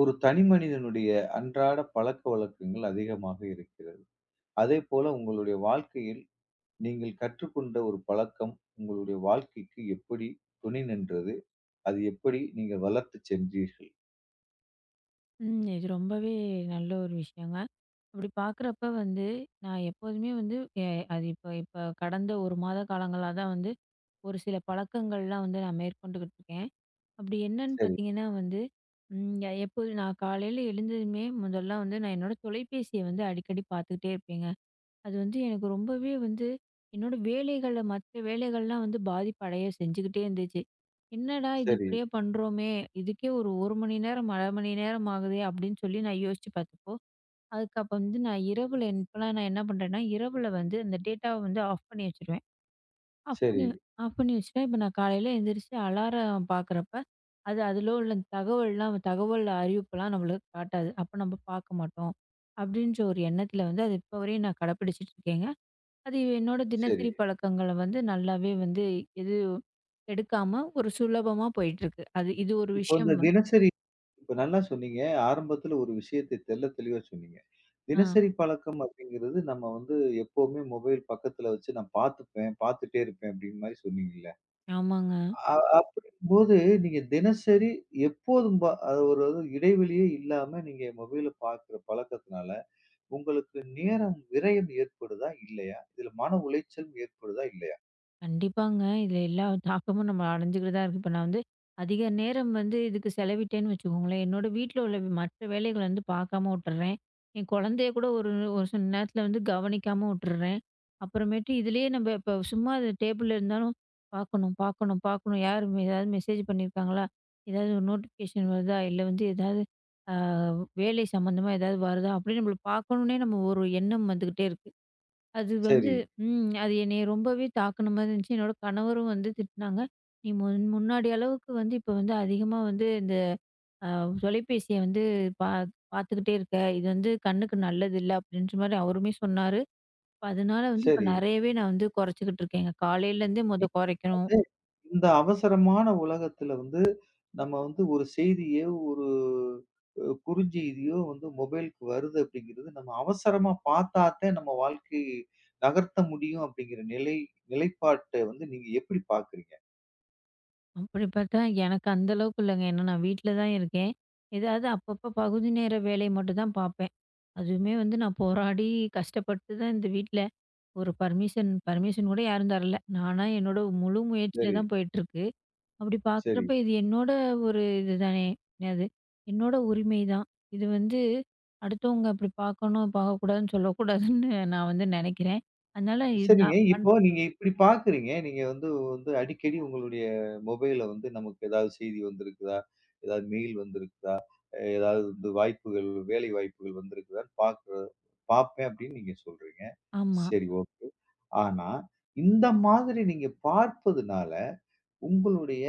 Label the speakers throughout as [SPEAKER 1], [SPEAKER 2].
[SPEAKER 1] ஒரு தனி மனிதனுடைய அன்றாட பழக்கவழக்கங்கள் அதிகமாக இருக்கிறது. அதேபோல உங்களுடைய வாழ்க்கையில் நீங்கள் கற்றுக்கொண்ட ஒரு பழக்கம் உங்களுடைய வாழ்க்கைக்கு எப்படி துணை நின்றது? அது எப்படி நீங்க வளர்த்து சென்றீர்கள்?
[SPEAKER 2] ம். இது ரொம்பவே நல்ல ஒரு விஷயங்க. அப்படி பார்க்குறப்ப வந்து, நான் எப்போதுமே வந்து எ அது இப்போ இப்போ கடந்த 1 மாத காலங்களா தான் வந்து, ஒரு சில பழக்கங்கள்லாம் வந்து நான் மேற்கொண்டுகிட்டு இருக்கேன். அப்படி என்னன்னு
[SPEAKER 1] சரி,
[SPEAKER 2] பார்த்தீங்கன்னா வந்து, எப்போது நான் காலையில எழுந்ததுமே முதல்ல வந்து நான் என்னோட தொலைபேசிய வந்து அடிக்கடி பார்த்துக்கிட்டே இருப்பேங்க. அது வந்து எனக்கு ரொம்பவே வந்து என்னோட வேலைகள்ல மத்த வேலைகள்லாம் வந்து பாதிப்படைய செஞ்சுக்கிட்டே இருந்துச்சு. என்னடா! இது
[SPEAKER 1] சரி,
[SPEAKER 2] இப்படியே பண்றோமே! இதுக்கே ஒரு 1 மணி நேரம், 1/2 மணி நேரம் ஆகுதே! அப்படின்னு சொல்லி நான் யோசிச்சு பார்த்தப்போ, அதுக்கு அப்ப வந்து நான் இரவுல இப்பலாம் நான் என்ன பண்றேன்னா, இரவுல வந்து அந்த டேட்டாவ வந்து ஆஃப் பண்ணி வச்சுருவேன். ஆஃப்
[SPEAKER 1] சரி,
[SPEAKER 2] பண்ணி ஆஃப் பண்ணி வச்சுட்டா, இப்ப நான் காலையில எந்திரிச்சு அலாரம் பார்க்குறப்ப, அதில உள்ள தகவல்லாம் தகவல் அறிவிப்புலாம் நம்மளுக்கு காட்டாது. அப்ப நம்ம பார்க்க மாட்டோம். அப்படின்ற ஒரு எண்ணத்தில வந்து அது இப்போ வரையும் நான் கடைப்பிடிச்சுட்டு இருக்கேங்க. அது என்னோட
[SPEAKER 1] சரி.
[SPEAKER 2] தினசரி பழக்கங்கள வந்து நல்லாவே வந்து எது எடுக்காம ஒரு சுலபமா போயிட்டுருக்கு. அது இது ஒரு
[SPEAKER 1] இப்ப
[SPEAKER 2] விஷயம்.
[SPEAKER 1] வந்து தினசரி இப்ப நல்லா சொன்னீங்க. ஆரம்பத்துல ஒரு விஷயத்தை தெள்ள தெளிவா சொன்னீங்க.
[SPEAKER 2] ஆ
[SPEAKER 1] தினசரி பழக்கம் அப்படிங்கிறது நம்ம வந்து எப்பவுமே மொபைல் பக்கத்துல வச்சு நான் பார்த்துப்பேன், பார்த்துட்டே இருப்பேன் அப்படின்னு மாரி சொன்னீங்கல்ல?
[SPEAKER 2] ஆமாங்க.
[SPEAKER 1] அ அப்படிங்கும்போது, நீங்க தினசரி எப்போதும் அது ஒரு அது இடைவெளியே இல்லாம நீங்க மொபைல பார்க்குற பழக்கத்தினால, உங்களுக்கு நேரம் விரயம் ஏற்படுதா? இல்லையா? இதுல மன உளைச்சல் ஏற்படுதா? இல்லையா?
[SPEAKER 2] கண்டிப்பாங்க. இதுல எல்லா தாக்கமும் நம்ம அடைஞ்சுக்கிட்டு தான் இருக்கு. இப்ப நான் வந்து அதிக நேரம் வந்து இதுக்கு செலவிட்டேன்னு வச்சுக்கோங்களேன், என்னோட வீட்ல உள்ள மற்ற வேலைகள வந்து பார்க்காம விட்டுர்றேன். என் குழந்தைய கூட ஒரு ஒரு சில நேரத்துல வந்து கவனிக்காம விட்டுர்றேன். அப்புறமேட்டு இதுலயே நம்ம இப்ப சும்மா அது டேபிள்ல இருந்தாலும் பார்க்கணும், பார்க்கணும், பார்க்கணும். யார் ஏதாவது மெசேஜ் பண்ணியிருக்காங்களா? ஏதாவது ஒரு நோட்டிஃபிகேஷன் வருதா? இல்ல வந்து ஏதாவது அ வேலை சம்மந்தமா ஏதாவது வருதா? அப்படின்னு நம்மள பார்க்கணும்னே நம்ம ஒரு எண்ணம் வந்துகிட்டே இருக்கு. அது வந்து
[SPEAKER 1] சரி,
[SPEAKER 2] அது என்னைய ரொம்பவே தாக்குன மாரி இருந்துச்சு. என்னோட கணவரும் வந்து திட்டுனாங்க. "நீ முன்னாடி அளவுக்கு வந்து இப்ப வந்து அதிகமா வந்து இந்த அ தொலைபேசிய வந்து பா பார்த்துக்கிட்டே இருக்க. இது வந்து கண்ணுக்கு நல்லதில்ல." அப்படின்ற மாரி அவருமே சொன்னாரு. இப்ப அதனால வந்து இப்ப
[SPEAKER 1] சரி.
[SPEAKER 2] நெறையவே நான் வந்து குறைச்சுக்கிட்டு இருக்கேங்க. காலையிலேருந்தே மொத குறைக்கணும்.
[SPEAKER 1] அது இந்த அவசரமான உலகத்துல வந்து, நம்ம வந்து ஒரு செய்தியோ, ஒரு குறுஞ்செய்தியோ வந்து மொபைலுக்கு வருது அப்படிங்கிறது, நம்ம அவசரமா பார்த்தாத்தான் நம்ம வாழ்க்கை நகர்த்த முடியும் அப்படிங்கிற நிலை நிலைப்பாட்ட வந்து நீங்க எப்படி பார்க்குறீங்க?
[SPEAKER 2] அப்படி பார்த்தா எனக்கு அந்த அளவுக்கு இல்லங்க. ஏன்னா நான் வீட்ல தான் இருக்கேன். ஏதாவது அப்பப்போ பகுதி நேர வேலை மட்டும் தான் பார்ப்பேன். அதுவுமே வந்து நான் போராடி கஷ்டப்பட்டு தான் இந்த வீட்ல ஒரு பர்மிஷன் பர்மிஷன் கூட யாரும் தரல. நானா என்னோட முழு முயற்சியில
[SPEAKER 1] சரி,
[SPEAKER 2] தான் போயிட்டுருக்கு. அப்படி
[SPEAKER 1] சரி.
[SPEAKER 2] பார்க்குறப்ப இது என்னோட ஒரு இதுதானே! என்னது என்னோட உரிமை தான். இது வந்து அடுத்தவங்க அப்படி பார்க்கணும், பார்க்கக்கூடாதுன்னு சொல்லக்கூடாதுன்னு நான் வந்து நெனைக்கிறேன். அதனால இது
[SPEAKER 1] சரிங்க.
[SPEAKER 2] நான்
[SPEAKER 1] இப்போ நீங்க இப்டி பார்க்குறீங்க. நீங்க வந்து வந்து அடிக்கடி உங்களுடைய மொபைல்ல வந்து நமக்கு ஏதாவது செய்தி வந்திருக்குதா? ஏதாவது மெயில் வந்திருக்குதா? ஏதாவது வந்து வாய்ப்புகள், வேலை வாய்ப்புகள் வந்திருக்குதான்னு பார்க்குற பார்ப்பேன் அப்டின்னு நீங்க சொல்றீங்க.
[SPEAKER 2] ஆமா.
[SPEAKER 1] சரி, ஓகே. ஆனா, இந்த மாதிரி நீங்க பார்ப்பதுனால, உங்களுடைய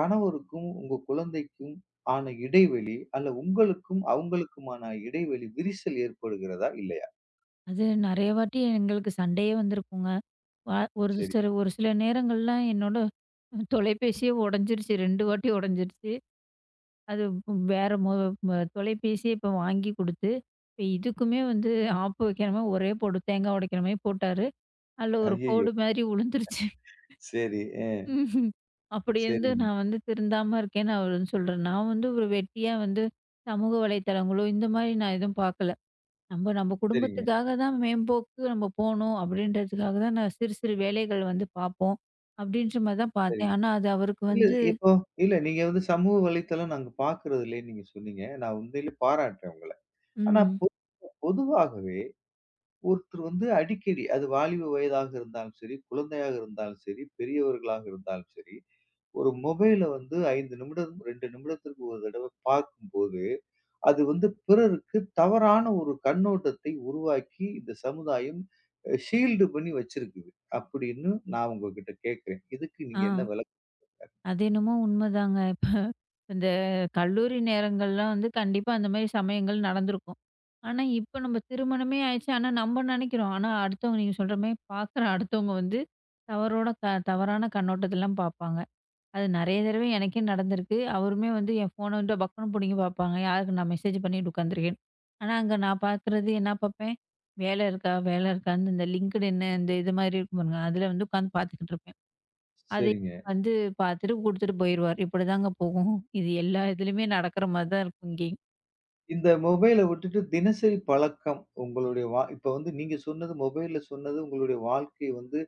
[SPEAKER 1] கணவருக்கும், உங்க குழந்தைக்கும் ஆன இடைவெளி அல்ல உங்களுக்கும், அவங்களுக்குமான இடைவெளி விரிசல் ஏற்படுகிறதா? இல்லையா?
[SPEAKER 2] அது நெறைய வாட்டி எங்களுக்கு சண்டையே வந்திருக்குங்க. ஒரு
[SPEAKER 1] சரி.
[SPEAKER 2] சில ஒரு சில நேரங்கள்லாம் என்னோட தொலைபேசியே உடைஞ்சிருச்சு. 2 வாட்டி உடைஞ்சிருச்சு. அது வேற மொ ம தொலைபேசியே இப்ப வாங்கி குடுத்து, இப்ப இதுக்குமே வந்து ஆப்பு வைக்கிற மாரி ஒரே போடு தேங்காய் உடைக்கிற மாரி போட்டாரு. அதுல ஒரு
[SPEAKER 1] ஐய்யய்யோ!
[SPEAKER 2] கோடு மாதிரி விழுந்துருச்சு.
[SPEAKER 1] சரி. அ
[SPEAKER 2] ம்ஹும். அப்படி இருந்து
[SPEAKER 1] சரிங்க.
[SPEAKER 2] நான் வந்து திருந்தாம இருக்கேன்னு அவர் வந்து சொல்றாரு. நான் வந்து ஒரு வெட்டியா வந்து சமூக வலைத்தளங்களோ, இந்த மாரி நான் எதுவும் பார்க்கல. நம்ம நம்ம
[SPEAKER 1] சரிங்க,
[SPEAKER 2] குடும்பத்துக்காக தான் மேம்போக்கு நம்ம போணும் அப்படின்றதுக்காக தான் நான் சிறு சிறு வேலைகள் வந்து பார்ப்போம். அப்படின்ற மாரி தான்
[SPEAKER 1] சரி.
[SPEAKER 2] பார்த்தேன். ஆனா அது அவருக்கு
[SPEAKER 1] இல்ல
[SPEAKER 2] வந்து
[SPEAKER 1] இப்போ இல்ல நீங்க வந்து சமூக வலைத்தளம் நாங்க பார்க்கிறது இல்லன்னு நீங்க சொன்னீங்க. நான் உண்மையிலே பாராட்டுறேன் உங்கள. ஆனா
[SPEAKER 2] ம்.
[SPEAKER 1] பொதுவாகவே ஒருத்தர் வந்து அடிக்கடி அது வாலிப வயதாக இருந்தாலும் சரி, குழந்தையாக இருந்தாலும் சரி, பெரியவர்களாக இருந்தாலும் சரி, ஒரு மொபைல வந்து 5 நிமிடம், 2 நிமிடத்திற்கு ஒரு தடவ பார்க்கும்போது, அது வந்து பிறருக்கு தவறான ஒரு கண்ணோட்டத்தை உருவாக்கி இந்த சமுதாயம் ஷீல்டு பண்ணி வச்சிருக்குது. அப்படின்னு நான் உங்ககிட்ட கேட்கிறேன். இதுக்கு நீங்க என்ன
[SPEAKER 2] ஆ.
[SPEAKER 1] விளக்கம்?
[SPEAKER 2] அது என்னமோ உண்மைதாங்க. இப்ப இந்த கல்லூரி நேரங்கள்லாம் வந்து கண்டிப்பா அந்த மாரி சமயங்கள் நடந்திருக்கும். ஆனா, இப்ப நம்ம திருமணமே ஆயிடுச்சு. ஆனா, நம்ம நெனைக்கிறோம். ஆனா, அடுத்தவங்க நீங்க சொல்ற மாரி பார்க்குற அடுத்தவங்க வந்து தவறோட க தவறான கண்ணோட்டத்திலலாம் பார்ப்பாங்க. அது நெறைய தடவை எனக்கே நடந்திருக்கு. அவருமே வந்து என் ஃபோன வந்து பக்குன்னு புடுங்கி பார்ப்பாங்க. யாருக்கு நான் மெசேஜ் பண்ணிட்டு உட்காந்துருக்கேன்னு. ஆனா, அங்க நான் பார்க்குறது என்ன பார்ப்பேன், வேலை இருக்கா? வேலை இருக்கான்னு இந்த லிங்க்டு இன் இந்த இது மாரி இருக்கும் பாருங்க. அதில வந்து உட்காந்து பார்த்துக்கிட்டு இருப்பேன். அதை
[SPEAKER 1] சரிங்க.
[SPEAKER 2] வந்து பார்த்துட்டு குடுத்துட்டு போயிருவாரு. இப்படிதாங்க போகும். இது எல்லா இதுலயுமே நடக்கிற மாரி தான் இருக்கும் இங்கேயும்.
[SPEAKER 1] இந்த மொபைல விட்டுட்டு தினசரி பழக்கம் உங்களுடைய இப்ப வந்து நீங்க சொன்னது மொபைல்ல சொன்னது உங்களுடைய வாழ்க்கை வந்து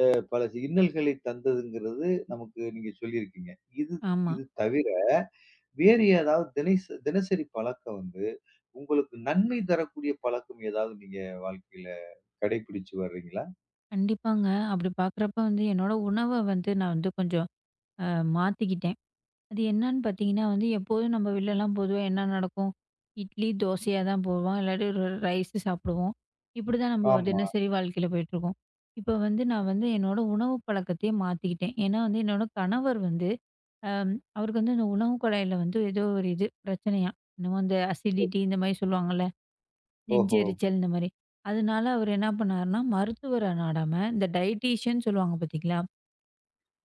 [SPEAKER 1] பல இன்னல்களை தந்ததுங்கிறது நமக்கு நீங்க சொல்லியிருக்கீங்க. இது
[SPEAKER 2] ஆமா.
[SPEAKER 1] இது தவிர வேறு ஏதாவது தினசரி பழக்கம் வந்து உங்களுக்கு நன்மை தரக்கூடிய பழக்கம் ஏதாவது நீங்க வாழ்க்கையில கடைபிடிச்சு வர்றீங்களா?
[SPEAKER 2] கண்டிப்பாங்க. அப்படி பார்க்குறப்ப வந்து என்னோட உணவ வந்து நான் வந்து கொஞ்சம் அ மாத்திக்கிட்டேன். அது என்னன்னு பார்த்தீங்கன்னா வந்து எப்போதும் நம்ம வெளிலலாம் பொதுவா என்ன நடக்கும்? இட்லி, தோசையா தான் போவோம். இல்லாட்டி ஒரு ரைஸு சாப்பிடுவோம். இப்படிதான் நம்ம
[SPEAKER 1] ஆமா.
[SPEAKER 2] தினசரி வாழ்க்கையில போயிட்டுருக்கோம். இப்ப வந்து நான் வந்து என்னோட உணவு பழக்கத்தையே மாத்திக்கிட்டேன். ஏன்னா வந்து என்னோட கணவர் வந்து அம் அவருக்கு வந்து இந்த உணவு குழாயில வந்து ஏதோ ஒரு இது பிரச்சனையாம். என்னமோ அந்த
[SPEAKER 1] சரி.
[SPEAKER 2] அசிடிட்டி இந்த மாரி சொல்லுவாங்கல்ல.
[SPEAKER 1] ஓஹோ!
[SPEAKER 2] நெஞ்செரிச்சல் இந்த மாரி. அதனால அவர் என்ன பண்ணாருன்னா, மருத்துவர நாடாம இந்த டயட்டீஷியன் சொல்லுவாங்க பார்த்தீங்களா?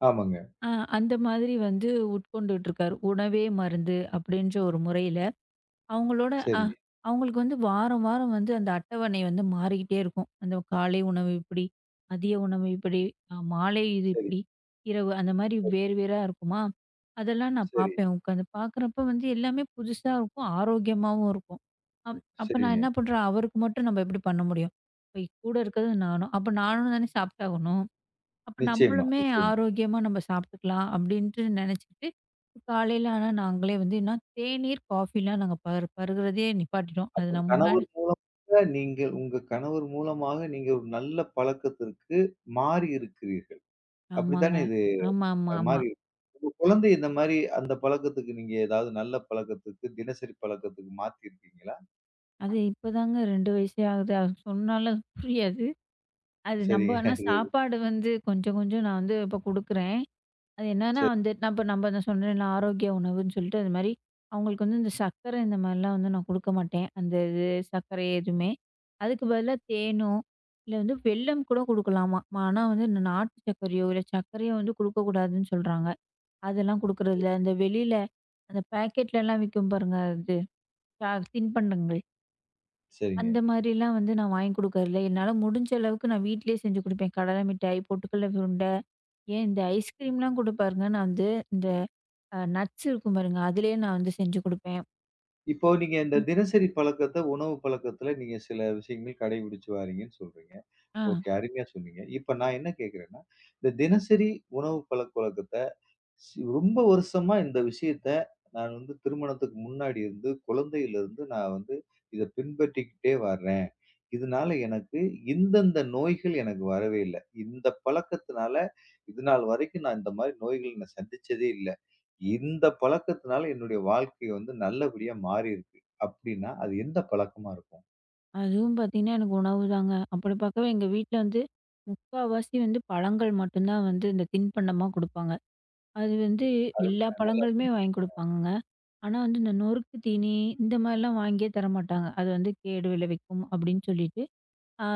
[SPEAKER 1] ஆமாங்க.
[SPEAKER 2] அ அந்த மாதிரி வந்து உட்கொண்டுட்டு இருக்காரு. உணவே மருந்து அப்படின்ற ஒரு முறையில. அவங்களோட அ
[SPEAKER 1] சரி,
[SPEAKER 2] அவங்களுக்கு வந்து வாரம், வாரம் வந்து அந்த அட்டவணை வந்து மாறிக்கிட்டே இருக்கும். அந்த காலை உணவு இப்படி, மதிய உணவு இப்படி, மாலை இது
[SPEAKER 1] சரி,
[SPEAKER 2] இப்படி, இரவு அந்த மாரி வேறு வேறா இருக்குமா, அதெல்லாம் நான்
[SPEAKER 1] சரி,
[SPEAKER 2] பார்ப்பேன் உட்காந்து. பார்க்குறப்ப வந்து எல்லாமே புதுசா இருக்கும், ஆரோக்கியமாவும் இருக்கும். அப்ப நான்
[SPEAKER 1] சரிங்க.
[SPEAKER 2] என்ன பண்றேன், அவருக்கு மட்டும் நம்ம எப்படி பண்ண முடியும்? இப்ப கூட இருக்கிறது நானும். அப்ப நானும் தானே சாப்பிட்டாகணும். அப்ப
[SPEAKER 1] நிச்சயமா,
[SPEAKER 2] நம்மளுமே
[SPEAKER 1] நிச்சயமா.
[SPEAKER 2] ஆரோக்கியமா நம்ம சாப்பிட்டுக்கலாம் அப்படின்ட்டு நினைச்சிட்டு, காலையில ஆனா நாங்களே வந்து என்ன தேநீர், காஃபிலாம் நாங்க பருகுறதே நிப்பாட்டிட்டோம். அது
[SPEAKER 1] அப்ப
[SPEAKER 2] நான் முன்னாடி
[SPEAKER 1] கணவர் நீங்கள் உங்க கணவர் மூலமாக நீங்க ஒரு நல்ல பழக்கத்திற்கு மாறி இருக்கிறீர்கள்.
[SPEAKER 2] ஆமாங்க.
[SPEAKER 1] அப்படித்தானே இது?
[SPEAKER 2] ஆமா, ஆமா, ஆமா.
[SPEAKER 1] மாறி இருக்கு. உங்க குழந்தை இந்த மாரி அந்த பழக்கத்துக்கு நீங்க ஏதாவது நல்ல பழக்கத்துக்கு, தினசரி பழக்கத்துக்கு மாத்தியிருக்கீங்களா?
[SPEAKER 2] அது இப்பதாங்க 2 வயசே ஆகுது. அது சொன்னாலும் புரியாது. அது நம்ம ஆனா
[SPEAKER 1] சரிங்க.
[SPEAKER 2] சாப்பாடு வந்து கொஞ்சம் கொஞ்சம் நான் வந்து இப்ப குடுக்குறேன். அது என்னன்னா
[SPEAKER 1] சரி,
[SPEAKER 2] வந்து நம்ப நம்ப நான் சொன்னேன்ல ஆரோக்கிய உணவுன்னு சொல்லிட்டு, அது மாரி அவங்களுக்கு வந்து இந்த சர்க்கரை இந்த மாரிலாம் வந்து நான் குடுக்க மாட்டேன். அந்த இது சர்க்கரை எதுவுமே. அதுக்கு பதிலா தேனோ, இல்ல வந்து வெல்லம் கூட குடுக்கலாமா. ஆனா வந்து இந்த நாட்டு சர்க்கரையோ, இல்ல சர்க்கரையோ வந்து குடுக்கக்கூடாதுன்னு சொல்றாங்க. அதெல்லாம் குடுக்குறதில்ல. அந்த வெளியில அந்த பாக்கெட்லலாம் விக்கும் பாருங்க இது சா தின்பண்டங்கள்.
[SPEAKER 1] சரிங்க.
[SPEAKER 2] அந்த மாரிலாம் வந்து நான் வாங்கி குடுக்கறதில்ல. என்னால முடிஞ்ச அளவுக்கு நான் வீட்லயே செஞ்சு குடுப்பேன். கடலை மிட்டாய், பொட்டுக்கடல உருண்டை, ஏன் இந்த ஐஸ்கிரீம்லாம் கூட பாருங்க நான் வந்து இந்த நட்ஸ் இருக்கும் பாருங்க. அதிலேயே நான் வந்து செஞ்சு குடுப்பேன்.
[SPEAKER 1] இப்போ நீங்க இந்த
[SPEAKER 2] ம்.
[SPEAKER 1] தினசரி பழக்கத்த, உணவு பழக்கத்துல நீங்க சில விஷயங்கள் கடைபிடிச்சு வாரீங்கன்னு சொல்றீங்க.
[SPEAKER 2] ஆ
[SPEAKER 1] ஓகே, அருமையா சொன்னீங்க. இப்ப நான் என்ன கேட்கிறேன்னா, இந்த தினசரி உணவு பழக்கவழக்கத்த ரொம்ப வருஷமா இந்த விஷயத்த நான் வந்து திருமணத்துக்கு முன்னாடி இருந்து, குழந்தையிலிருந்து நான் வந்து இத பின்பற்றிக்கிட்டே வர்றேன். இதனால எனக்கு இந்தந்த நோய்கள் எனக்கு வரவே இல்ல. இந்த பழக்கத்தினால இதுநாள் வரைக்கும் நான் இந்த மாரி நோய்கள் நான் சந்திச்சதே இல்ல. இந்த பழக்கத்தினால என்னுடைய வாழ்க்கை வந்து நல்லபடியா மாறியிருக்கு. அப்டின்னா, அது எந்த பழக்கமா இருக்கும்?
[SPEAKER 2] அதுவும் பார்த்தீங்கன்னா, எனக்கு உணவு தாங்க. அப்படி பார்க்கவே எங்க வீட்ல வந்து முக்காவாசி வந்து பழங்கள் மட்டும்தான் வந்து இந்த தின்பண்டமா குடுப்பாங்க. அது வந்து
[SPEAKER 1] அரும
[SPEAKER 2] எல்லா
[SPEAKER 1] நல்லா
[SPEAKER 2] பழங்களுமே
[SPEAKER 1] சொன்னீங்க.
[SPEAKER 2] வாங்கி குடுப்பாங்கங்க. ஆனா வந்து இந்த நொறுக்கு தீனி இந்த மாரிலாம் வாங்கியே தரமாட்டாங்க. அது வந்து கேடு விளைவிக்கும் அப்படின்னு சொல்லிட்டு, அ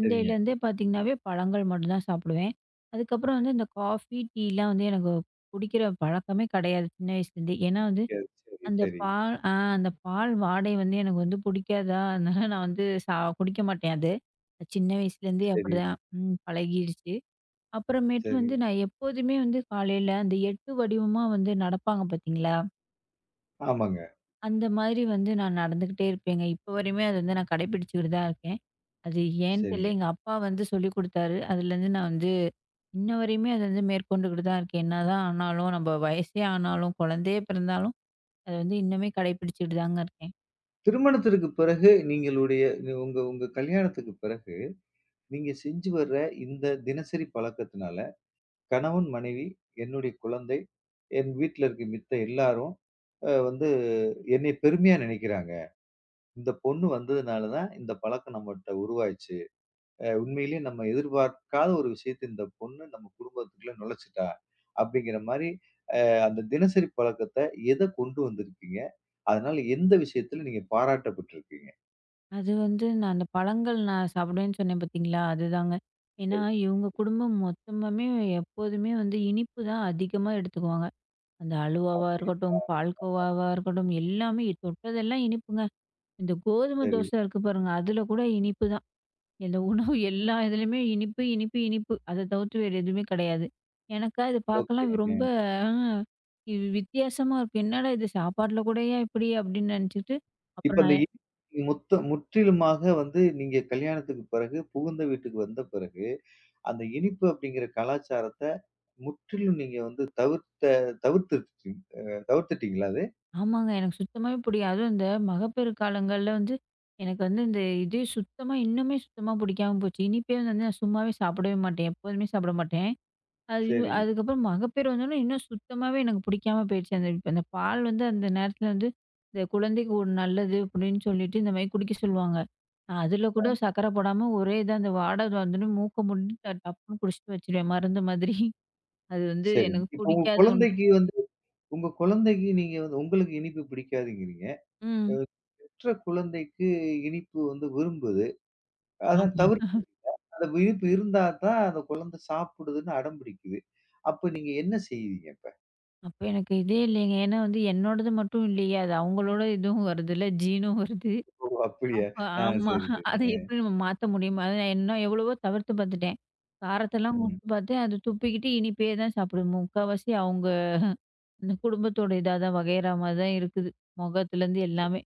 [SPEAKER 1] சரிங்க.
[SPEAKER 2] பார்த்தீங்கன்னாவே பழங்கள் மட்டும் தான் சாப்பிடுவேன். அதுக்கப்புறம் வந்து இந்த காஃபி, டீலாம் வந்து எனக்கு குடிக்கிற பழக்கமே கிடையாது சின்ன வயசுலேருந்தே. ஏன்னா வந்து
[SPEAKER 1] சரி, சரி,
[SPEAKER 2] அந்த
[SPEAKER 1] சரி,
[SPEAKER 2] பால் ஆ அந்த பால் வாடை வந்து எனக்கு வந்து புடிக்காதா, அதனால நான் வந்து குடிக்க மாட்டேன் அது. சின்ன வயசுலேருந்தே
[SPEAKER 1] சரி,
[SPEAKER 2] அப்படிதான் பழகிடுச்சு. அப்புறமேட்டு
[SPEAKER 1] சரி.
[SPEAKER 2] வந்து நான் எப்போதுமே வந்து காலையில அந்த 8 வடிவமா வந்து நடப்பாங்க பார்த்தீங்களா?
[SPEAKER 1] ஆமாங்க.
[SPEAKER 2] அந்த மாதிரி வந்து நான் நடந்துக்கிட்டே இருப்பேங்க. இப்போ வரையுமே அது வந்து நான் கடைப்பிடிச்சுக்கிட்டு தான் இருக்கேன். அது ஏன்னு
[SPEAKER 1] சரிங்க.
[SPEAKER 2] தெரியல, எங்க அப்பா வந்து சொல்லிக் குடுத்தாரு. அதுலேருந்து நான் வந்து இன்ன வரையுமே அத வந்து மேற்கொண்டுக்கிட்டு தான் இருக்கேன். என்னதான் ஆனாலும், நம்ம வயசே ஆனாலும், குழந்தையே பிறந்தாலும், அத வந்து இன்னுமே கடைப்பிடிச்சுட்டு தாங்க இருக்கேன்.
[SPEAKER 1] திருமணத்திற்கு பிறகு நீங்களுடைய உங்க உங்க கல்யாணத்துக்கு பிறகு நீங்க செஞ்சு வர்ற இந்த தினசரி பழக்கத்தினால கணவன், மனைவி, என்னுடைய குழந்தை, என் வீட்ல இருக்க மித்த எல்லாரும் வந்து என்னை பெருமையா நினைக்கிறாங்க. இந்த பொண்ணு வந்ததுனால தான் இந்த பழக்கம் நம்மட்ட உருவாச்சு. உண்மையிலேயே நம்ம எதிர்பார்க்காத ஒரு விஷயத்த இந்த பொண்ணு நம்ம குடும்பத்துக்குள்ள நுழைச்சுட்டா. அப்படிங்கிற மாரி அந்த தினசரி பழக்கத்த எத கொண்டு வந்திருக்கீங்க? அதனால எந்த விஷயத்துல நீங்க பாராட்டப்பட்டுருக்கீங்க?
[SPEAKER 2] அது வந்து நான் அந்த பழங்கள் நான் சாப்பிடுவேன்னு சொன்னேன் பார்த்தீங்களா? அதுதாங்க. ஏன்னா, இவங்க குடும்பம் மொத்தமுமே எப்போதுமே வந்து இனிப்பு தான் அதிகமா எடுத்துக்குவாங்க. அந்த அலுவாவா இருக்கட்டும்,
[SPEAKER 1] அப்படிங்களா?
[SPEAKER 2] பால்கோவாவா இருக்கட்டும், எல்லாமே தொட்டதெல்லாம் இனிப்புங்க. இந்த கோதுமை
[SPEAKER 1] சரி.
[SPEAKER 2] தோசை இருக்கு பாருங்க, அதில கூட இனிப்பு தான். இந்த உணவு எல்லா இதுலயுமே இனிப்பு, இனிப்பு, இனிப்பு. அத தவிர்த்து வேறு எதுவுமே கிடையாது. எனக்கா இது பார்க்கலாம்
[SPEAKER 1] ஓகேங்க.
[SPEAKER 2] ரொம்ப அ இது வித்தியாசமா இருக்கு. என்னடா இது சாப்பாட்ல கூடயா இப்படி? அப்படின்னு நினச்சுக்கிட்டு
[SPEAKER 1] இப்ப
[SPEAKER 2] அப்புறம்
[SPEAKER 1] அந்த
[SPEAKER 2] நான்
[SPEAKER 1] இ முத்த முற்றிலுமாக வந்து நீங்க கல்யாணத்துக்கு பிறகு, புகுந்த வீட்டுக்கு வந்த பிறகு, அந்த இனிப்பு அப்படிங்கிற கலாச்சாரத்த முற்றிலும் நீங்க வந்து தவிர்த்துட்டீங் அ தவிர்த்துட்டீங்களா அது?
[SPEAKER 2] ஆமாங்க. எனக்கு சுத்தமாவே புடிக்கா அதுவும் இந்த மகப்பேறு காலங்கள்ல வந்து, எனக்கு வந்து இந்த இது சுத்தமா இன்னுமே சுத்தமா புடிக்காம போச்சு. இனிப்பே வந்து நான் சும்மாவே சாப்பிடவே மாட்டேன். எப்போதுமே சாப்பிட மாட்டேன். அது
[SPEAKER 1] சரி.
[SPEAKER 2] அதுக்கப்புறம் மகப்பேறு வந்தோனே இன்னும் சுத்தமாவே எனக்கு புடிக்காம போயிடுச்சு. அந்த இப்ப அந்த பால் வந்து அந்த நேரத்துல வந்து, இந்த குழந்தைக்கு ஒரு நல்லது அப்படின்னு சொல்லிட்டு இந்த மாரி குடிக்க சொல்லுவாங்க. நான் அதில
[SPEAKER 1] ஆ
[SPEAKER 2] கூட சர்க்கரை போடாம ஒரே இதா அந்த வாடை வந்தோனே மூக்க மூடி டப்புன்னு குடிச்சிட்டு வச்சுருவேன் மருந்து மாதிரி. அது வந்து
[SPEAKER 1] சரிங்க.
[SPEAKER 2] எனக்கு
[SPEAKER 1] இப்ப உங்க
[SPEAKER 2] பிடிக்காத ஒன்று.
[SPEAKER 1] குழந்தைக்கு வந்து உங்க குழந்தைக்கு நீங்க வந்து உங்களுக்கு இனிப்பு பிடிக்காதுங்கிறீங்க. அ
[SPEAKER 2] ம்.
[SPEAKER 1] பெற்ற குழந்தைக்கு இனிப்பு வந்து விரும்புது. அதான்
[SPEAKER 2] ஆமா.
[SPEAKER 1] தவிர்க்குது. அந்த இனிப்பு இருந்தா தான் அந்த குழந்தை சாப்பிடுதுன்னு அடம் பிடிக்குது. அப்ப நீங்க என்ன செய்வீங்க அப்ப?
[SPEAKER 2] அப்ப எனக்கு இதே இல்லைங்க. ஏன்னா வந்து என்னோடது மட்டும் இல்லையே. அது அவங்களோட இதுவும் வருதுல்ல. ஜீனும் வருது.
[SPEAKER 1] ஓ! அப்படியா?
[SPEAKER 2] அப்ப
[SPEAKER 1] ஆ
[SPEAKER 2] ஆமா.
[SPEAKER 1] சரி, சரி.
[SPEAKER 2] அத எப்படி நம்ம மாத்த முடியுமா? அத நான் இன்னும் எவ்வளவோ தவிர்த்து பார்த்துட்டேன். காரத்தெல்லாம்
[SPEAKER 1] ம்.
[SPEAKER 2] குடுத்து பார்த்தேன். அது துப்பிக்கிட்டு இனிப்பே தான் சாப்பிடும். முக்காவாசி அவங்க அந்த குடும்பத்தோட இதா தான் வகையறா மாரி தான் இருக்குது. மொகத்துலேருந்து எல்லாமே.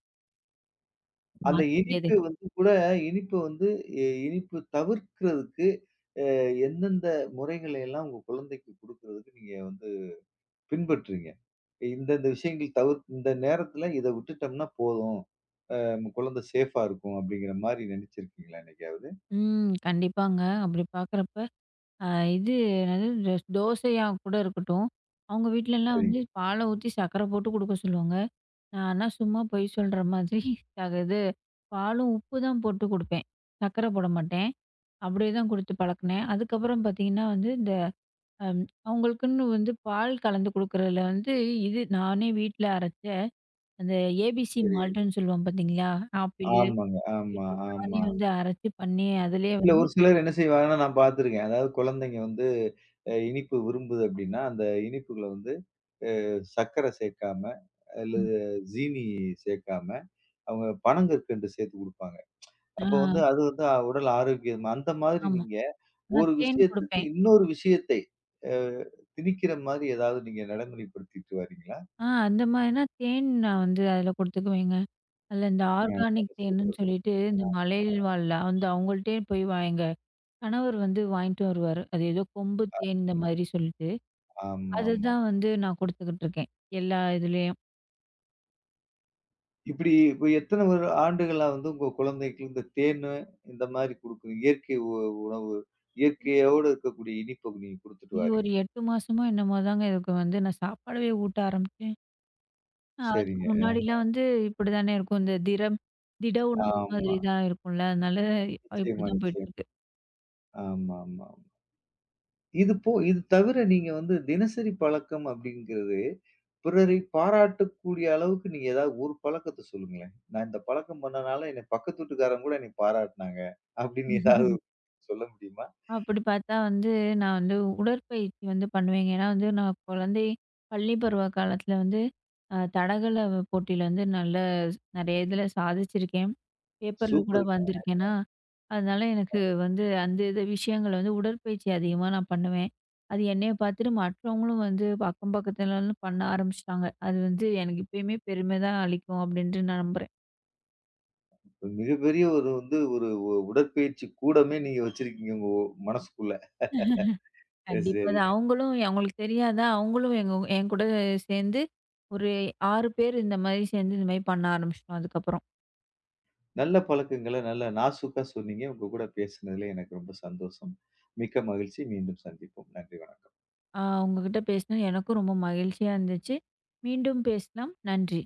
[SPEAKER 1] அந்த
[SPEAKER 2] மாத்த முடியாது.
[SPEAKER 1] இனிப்பு வந்து கூட இனிப்பு வந்து இனிப்பு தவிர்க்கிறதுக்கு அ எந்தெந்த முறைகளை எல்லாம் உங்க குழந்தைக்கு குடுக்குறதுக்கு நீங்க வந்து பின்பற்றுறீங்க? இந்த இந்த விஷயங்கள் தவிர் இந்த நேரத்தில இத விட்டுட்டோம்னா போதும். நம்ம குழந்தை சேஃபா இருக்கும் அப்படிங்கிற மாரி நினைச்சிருக்கீங்களா என்னைக்காவது?
[SPEAKER 2] ம். கண்டிப்பாங்க. அப்படி பார்க்குறப்ப, அ இது என்னது இந்த தோசையா கூட இருக்கட்டும். அவங்க வீட்லலாம் வந்து
[SPEAKER 1] சரிங்க,
[SPEAKER 2] பால ஊத்தி சர்க்கரை போட்டு குடுக்க சொல்லுவாங்க. நானா சும்மா பொய் சொல்ற மாதிரி இது பாலும், உப்பு தான் போட்டு குடுப்பேன். சர்க்கரை போட மாட்டேன். அப்படியே தான் குடுத்து பழக்கினேன். அதுக்கப்புறம் பார்த்தீங்கன்னா வந்து, இந்த அம் அவங்களுக்குன்னு வந்து பால் கலந்து குடுக்குறதுல வந்து, இது நானே வீட்ல அரைச்ச அந்த ஏபிசி
[SPEAKER 1] சரி.
[SPEAKER 2] மால்ட்டுன்னு சொல்லுவோம் பார்த்தீங்களா? ஆப்பிளு,
[SPEAKER 1] ஆமாங்க. ஆமா,
[SPEAKER 2] பீட்ரூட் நானே
[SPEAKER 1] ஆமா.
[SPEAKER 2] வந்து அரைச்சு பண்ணி அதிலேயே
[SPEAKER 1] இல்ல
[SPEAKER 2] வந்து
[SPEAKER 1] ஒரு சிலர் என்ன செய்வாங்கன்னா நான் பார்த்துருக்கேன். அதாவது குழந்தைங்க வந்து இனிப்பு விரும்புது அப்படின்னா, அந்த இனிப்புகள வந்து சர்க்கரை சேர்க்காம,
[SPEAKER 2] ம்.
[SPEAKER 1] அல்லது சீனி சேர்க்காம, அவங்க பனங்கற்கண்டு சேர்த்து குடுப்பாங்க.
[SPEAKER 2] ஆ
[SPEAKER 1] அப்ப வந்து அது வந்து உடல் ஆரோக்கியம். அந்த மாதிரி
[SPEAKER 2] ஆமா.
[SPEAKER 1] நீங்க
[SPEAKER 2] நான்
[SPEAKER 1] ஒரு
[SPEAKER 2] தேன்
[SPEAKER 1] விஷயத்துக்கு
[SPEAKER 2] குடுப்பேன்.
[SPEAKER 1] இன்னொரு விஷயத்தை அ திணிக்கிற மாதிரி ஏதாவது நீங்க நடைமுறைப்படுத்திட்டு வரீங்களா?
[SPEAKER 2] அந்த மாதிரினா தேன் நான் வந்து அதில குடுத்துக்குவேங்க. அதுல இந்த
[SPEAKER 1] ம்.
[SPEAKER 2] ஆர்கானிக் தேனுன்னு
[SPEAKER 1] சூப்பர், சூப்பர்.
[SPEAKER 2] சொல்லிட்டு, இந்த மலையில் வாழ்ல அந்த அவங்கள்ட்டயே போய் வா எங்க கணவர் வந்து வாங்கிட்டு வருவாரு. அது ஏதோ கொம்பு தேன் இந்த மாதிரி சொல்லிட்டு,
[SPEAKER 1] ஆமா, ஆமா.
[SPEAKER 2] அதுதான் வந்து நான் குடுத்துக்கிட்டு இருக்கேன். எல்லா இதுலயும்.
[SPEAKER 1] இப்படி இப்ப எத்தன ஒரு ஆண்டுகளா வந்து உங்க குழந்தைக்கு இந்த தேனு இந்த மாதிரி குடுக்குறீங்க? இயற்கை உணவு, இயற்கையோடு இருக்கக்கூடிய இனிப்ப நீங்க குடுத்துட்டு
[SPEAKER 2] இது ஒரு
[SPEAKER 1] வாரீங்க.
[SPEAKER 2] 8 மாசமோ என்னமோ தாங்க இதுக்கு வந்து நான் சாப்பாடவே ஊட்ட ஆரம்பிச்சேன். அதுக்கு
[SPEAKER 1] சரிங்க.
[SPEAKER 2] முன்னாடிலாம் வந்து இப்படிதானே இருக்கும். இந்த திட உணவு மாதிரி
[SPEAKER 1] ஆமா.
[SPEAKER 2] தான் இருக்கும்ல. அதனால
[SPEAKER 1] நிச்சயமா,
[SPEAKER 2] இப்படிதான்
[SPEAKER 1] நிச்சயமா.
[SPEAKER 2] போயிட்டுருக்கு.
[SPEAKER 1] ஆமா, ஆமா, ஆமா. இது போ இது தவிர நீங்க வந்து தினசரி பழக்கம் அப்படிங்கிறது, பிறரை பாராட்டக்கூடிய அளவுக்கு நீங்க ஏதாவது ஒரு பழக்கத்த சொல்லுங்களேன். நான் இந்த பழக்கம் பண்ணனால என்னை பக்கத்து வீட்டுக்காரங்க கூட என்னை பாராட்டுனாங்க. அப்படின்னு ஏதாவது சொல்ல முடியுமா?
[SPEAKER 2] அப்படி பார்த்தா வந்து, நான் வந்து உடற்பயிற்சி வந்து பண்ணுவேங்க. ஏன்னா வந்து நான் குழந்தை பள்ளி பருவ காலத்தில வந்து தடகள போட்டியில வந்து நல்ல நெறைய இதில சாதிச்சிருக்கேன். பேப்பர்ல கூட
[SPEAKER 1] சூப்பருங்க.
[SPEAKER 2] வந்திருக்கேன்னா, அதனால எனக்கு வந்து அந்த இது விஷயங்கள வந்து உடற்பயிற்சி அதிகமா நான் பண்ணுவேன். அது என்னைய பார்த்துட்டு மற்றவங்களும் வந்து அக்கம் பக்கத்துலலாம் பண்ண ஆரம்பிச்சுட்டாங்க. அது வந்து எனக்கு இப்பயுமே பெருமை தான் அளிக்கும் அப்படின்ட்டு நான் நம்புறேன்.
[SPEAKER 1] மிகப்பெரிய ஒரு வந்து ஒரு உடற்பயிற்சி கூடமே நீங்க வச்சிருக்கீங்க உங்க மனசுக்குள்ள.
[SPEAKER 2] கண்டிப்பா. அது
[SPEAKER 1] சரிங்க.
[SPEAKER 2] அவங்களும் அவங்களுக்கு தெரியாதா, அவங்களும் எங்க என் கூட சேர்ந்து ஒரு 6 பேர் இந்த மாரி சேர்ந்து இந்த மாரி பண்ண ஆரம்பிச்சிட்டோம் அதுக்கப்புறம்.
[SPEAKER 1] நல்ல பழக்கங்கள நல்லா நாசூக்கா சொன்னீங்க. உங்க கூட பேசுனதுல எனக்கு ரொம்ப சந்தோஷம். மிக்க மகிழ்ச்சி. மீண்டும் சந்திப்போம். நன்றி, வணக்கம்.
[SPEAKER 2] உங்ககிட்ட பேசினது எனக்கும் ரொம்ப மகிழ்ச்சியா இருந்துச்சு. மீண்டும் பேசலாம். நன்றி.